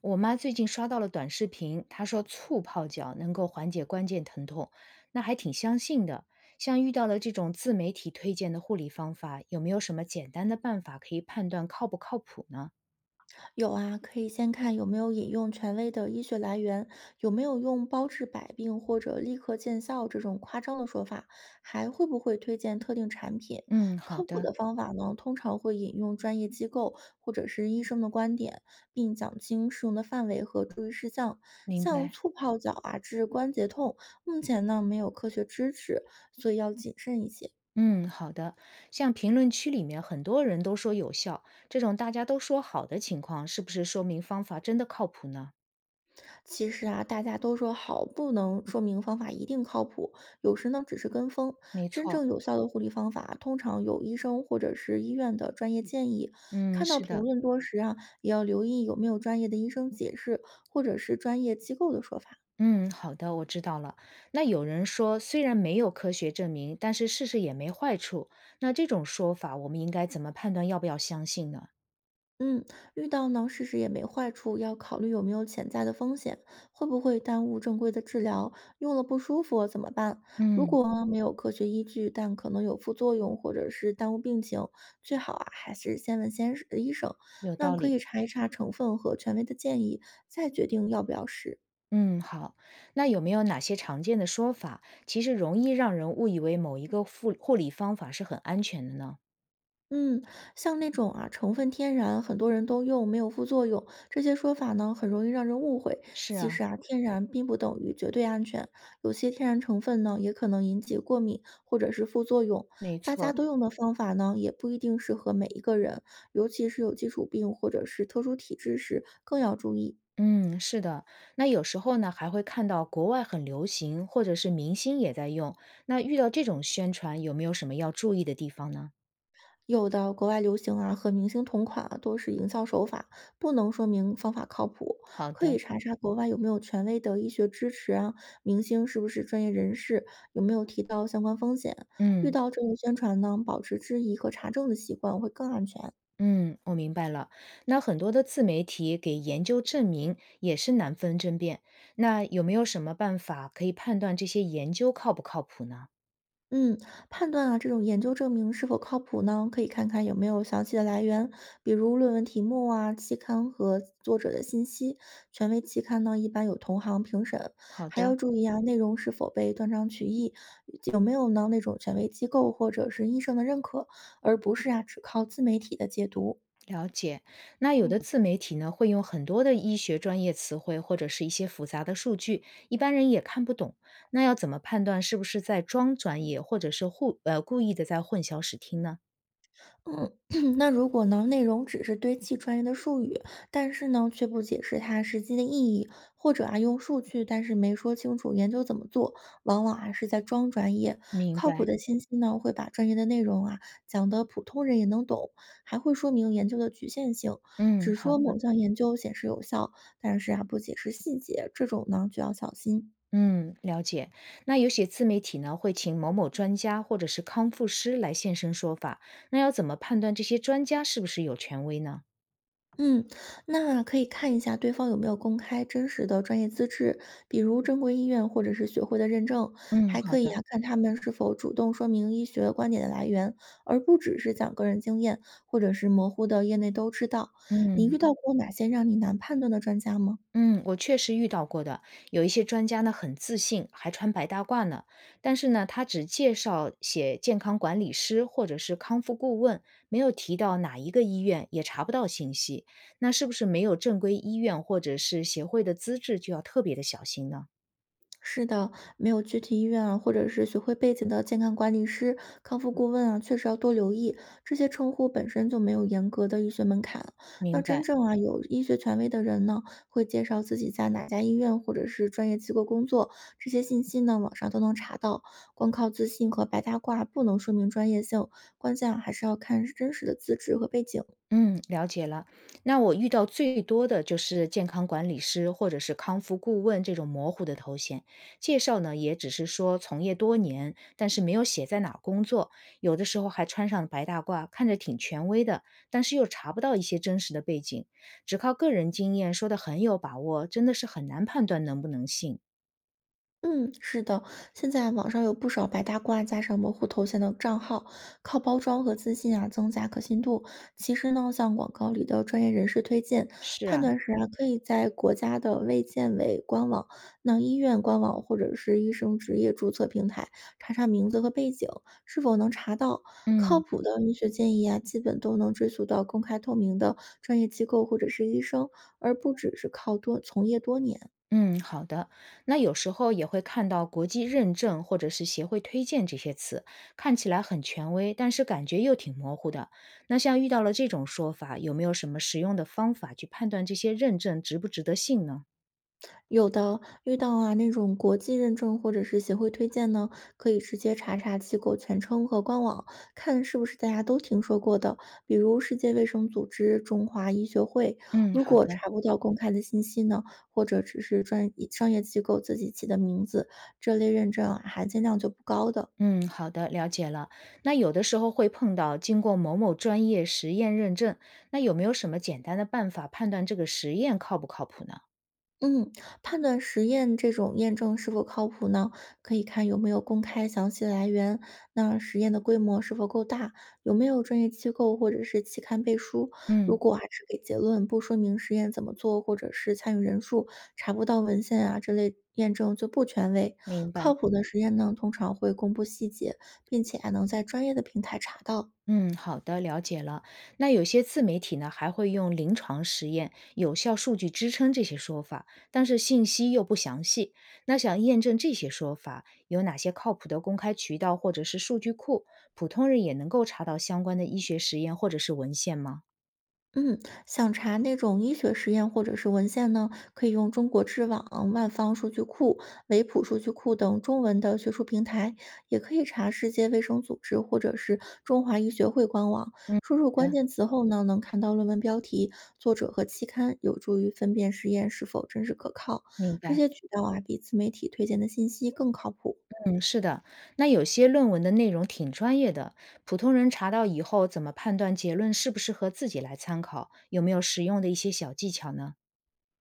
我妈最近刷到了短视频，她说醋泡脚能够缓解关节疼痛，那还挺相信的。像遇到了这种自媒体推荐的护理方法，有没有什么简单的办法可以判断靠不靠谱呢？有啊，可以先看有没有引用权威的医学来源，有没有用包治百病或者立刻见效这种夸张的说法，还会不会推荐特定产品。嗯，好靠谱的，的方法呢，通常会引用专业机构或者是医生的观点，并讲清适用的范围和注意事项。明像白。醋泡脚啊治关节痛，目前呢没有科学支持，所以要谨慎一些。嗯，好的。像评论区里面很多人都说有效，这种大家都说好的情况，是不是说明方法真的靠谱呢？其实啊，大家都说好不能说明方法一定靠谱，有时呢只是跟风。没真错，正有效的护理方法，通常有医生或者是医院的专业建议。嗯，看到是评的。论多时啊，也要留意有没有专业的医生解释，或者是专业机构的说法。嗯，好的，我知道了。那有人说，虽然没有科学证明，但是试试也没坏处。那这种说法，我们应该怎么判断要不要相信呢？嗯，遇到呢，试试也没坏处，要考虑有没有潜在的风险，会不会耽误正规的治疗，用了不舒服怎么办？如嗯，果呢没有科学依据，但可能有副作用或者是耽误病情，最好啊还是先问先医生。有那道可理。以查一查成分和权威的建议，再决定要不要试。嗯，好。那有没有哪些常见的说法，其实容易让人误以为某一个护理方法是很安全的呢？嗯，像那种啊，成分天然，很多人都用，没有副作用，这些说法呢，很容易让人误会。是其啊，实啊，天然并不等于绝对安全，有些天然成分呢，也可能引起过敏或者是副作用。没大家错。都用的方法呢，也不一定适合每一个人，尤其是有基础病或者是特殊体质时，更要注意。嗯，是的。那有时候呢，还会看到国外很流行，或者是明星也在用。那遇到这种宣传，有没有什么要注意的地方呢？有的国外流行啊和明星同款啊，多是营销手法，不能说明方法靠谱。好可以的。查查国外有没有权威的医学支持啊，明星是不是专业人士，有没有提到相关风险。遇嗯到这种宣传呢，保持质疑和查证的习惯会更安全。嗯，我明白了。那很多的自媒体给研究证明也是难分真辨，那有没有什么办法可以判断这些研究靠不靠谱呢？嗯，判断啊，这种研究证明是否靠谱呢？可以看看有没有详细的来源，比如论文题目啊、期刊和作者的信息。权威期刊呢，一般有同行评审，好还要的，注意啊，内容是否被断章取义，有没有呢那种权威机构或者是医生的认可，而不是啊只靠自媒体的解读。了解。那有的自媒体呢，会用很多的医学专业词汇或者是一些复杂的数据，一般人也看不懂。那要怎么判断是不是在装专业，或者是故意的在混淆视听呢？嗯，那如果呢，内容只是堆砌专业的术语，但是呢，却不解释它实际的意义，或者啊用数据，但是没说清楚研究怎么做，往往啊是在装专业。明靠白。谱的信息呢，会把专业的内容啊讲的普通人也能懂，还会说明研究的局限性，嗯，只好说的。某项研究显示有效，但是啊不解释细节，这种呢就要小心。嗯，了解。那有些自媒体呢，会请某某专家或者是康复师来现身说法，那要怎么判断这些专家是不是有权威呢？嗯，那可以看一下对方有没有公开真实的专业资质，比如正规医院或者是学会的认证，嗯，还好可以的。啊看他们是否主动说明医学观点的来源，而不只是讲个人经验或者是模糊的业内都知道。你遇嗯到过哪些让你难判断的专家吗？嗯，我确实遇到过的，有一些专家呢很自信，还穿白大褂呢，但是呢，他只介绍写健康管理师或者是康复顾问，没有提到哪一个医院，也查不到信息，那是不是没有正规医院或者是协会的资质，就要特别的小心呢？是的，没有具体医院啊，或者是学会背景的健康管理师、康复顾问啊，确实要多留意。这些称呼本身就没有严格的医学门槛。那明真白。正啊有医学权威的人呢，会介绍自己在哪家医院或者是专业机构工作，这些信息呢网上都能查到。光靠自信和白大褂不能说明专业性，关键啊还是要看真实的资质和背景。嗯，了解了。那我遇到最多的就是健康管理师或者是康复顾问这种模糊的头衔，介绍呢也只是说从业多年，但是没有写在哪儿工作，有的时候还穿上白大褂，看着挺权威的，但是又查不到一些真实的背景，只靠个人经验说的很有把握，真的是很难判断能不能信。嗯，是的，现在网上有不少白大褂加上模糊头衔的账号，靠包装和自信啊增加可信度。其实呢，像广告里的专业人士推荐是判啊，断时啊，可以在国家的卫健委官网、那医院官网或者是医生职业注册平台查查名字和背景，是否能查到靠嗯。谱的医学建议啊，基本都能追溯到公开透明的专业机构或者是医生，而不只是靠多从业多年。嗯，好的。那有时候也会看到国际认证或者是协会推荐这些词，看起来很权威，但是感觉又挺模糊的。那像遇到了这种说法，有没有什么实用的方法去判断这些认证值不值得信呢？有的，遇到啊那种国际认证或者是协会推荐呢，可以直接查查机构全称和官网，看是不是大家都听说过的，比如世界卫生组织、中华医学会。嗯，如好果的。查不到公开的信息呢，或者只是专商业机构自己起的名字，这类认证啊含金量就不高的。嗯，好的，了解了。那有的时候会碰到经过某某专业实验认证，那有没有什么简单的办法判断这个实验靠不靠谱呢？嗯，判断实验这种验证是否靠谱呢？可以看有没有公开详细的来源，那实验的规模是否够大，有没有专业机构或者是期刊背书。如嗯，果还是给结论不说明实验怎么做，或者是参与人数，查不到文献啊这类验证就不权威。明靠白。谱的实验呢，通常会公布细节，并且还能在专业的平台查到。嗯，好的，了解了。那有些自媒体呢，还会用临床实验、有效数据支撑这些说法，但是信息又不详细。那想验证这些说法，有哪些靠谱的公开渠道或者是数据库？普通人也能够查到相关的医学实验或者是文献吗？嗯，想查那种医学实验或者是文献呢，可以用中国知网、万方数据库、维普数据库等中文的学术平台，也可以查世界卫生组织或者是中华医学会官网。嗯，输入好关的，键词后呢，能看到论文标题、作者和期刊，有助于分辨实验是否真实可靠。明这白。些渠道啊，比自媒体推荐的信息更靠谱。嗯，是的。那有些论文的内容挺专业的，普通人查到以后，怎么判断结论适不适合自己来参考？有没有实用的一些小技巧呢？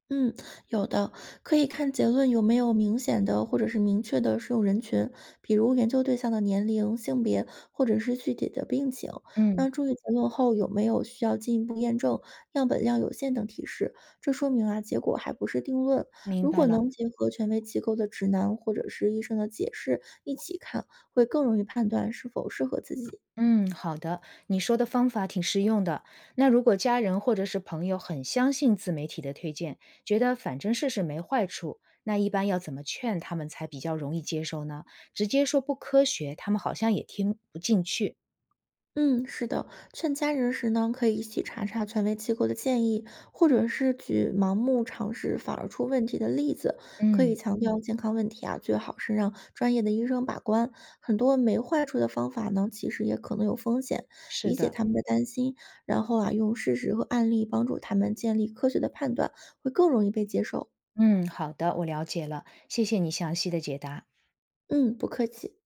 嗯，有的，可以看结论有没有明显的或者是明确的适用人群，比如研究对象的年龄、性别或者是具体的病情。嗯，那注意结论后有没有需要进一步验证、样本量有限等提示，这说明啊结果还不是定论。明如白果了。能结合权威机构的指南或者是医生的解释一起看，会更容易判断是否适合自己。嗯，好的，你说的方法挺实用的。那如果家人或者是朋友很相信自媒体的推荐，觉得反正试试没坏处，那一般要怎么劝他们才比较容易接受呢？直接说不科学，他们好像也听不进去。嗯，是的，劝家人时呢，可以一起查查权威机构的建议，或者是举盲目尝试反而出问题的例子。可以嗯，强调健康问题啊，最好是让专业的医生把关。很多没坏处的方法呢，其实也可能有风险。是理解的。他们的担心，然后啊，用事实和案例帮助他们建立科学的判断，会更容易被接受。嗯，好的，我了解了，谢谢你详细的解答。嗯，不客气。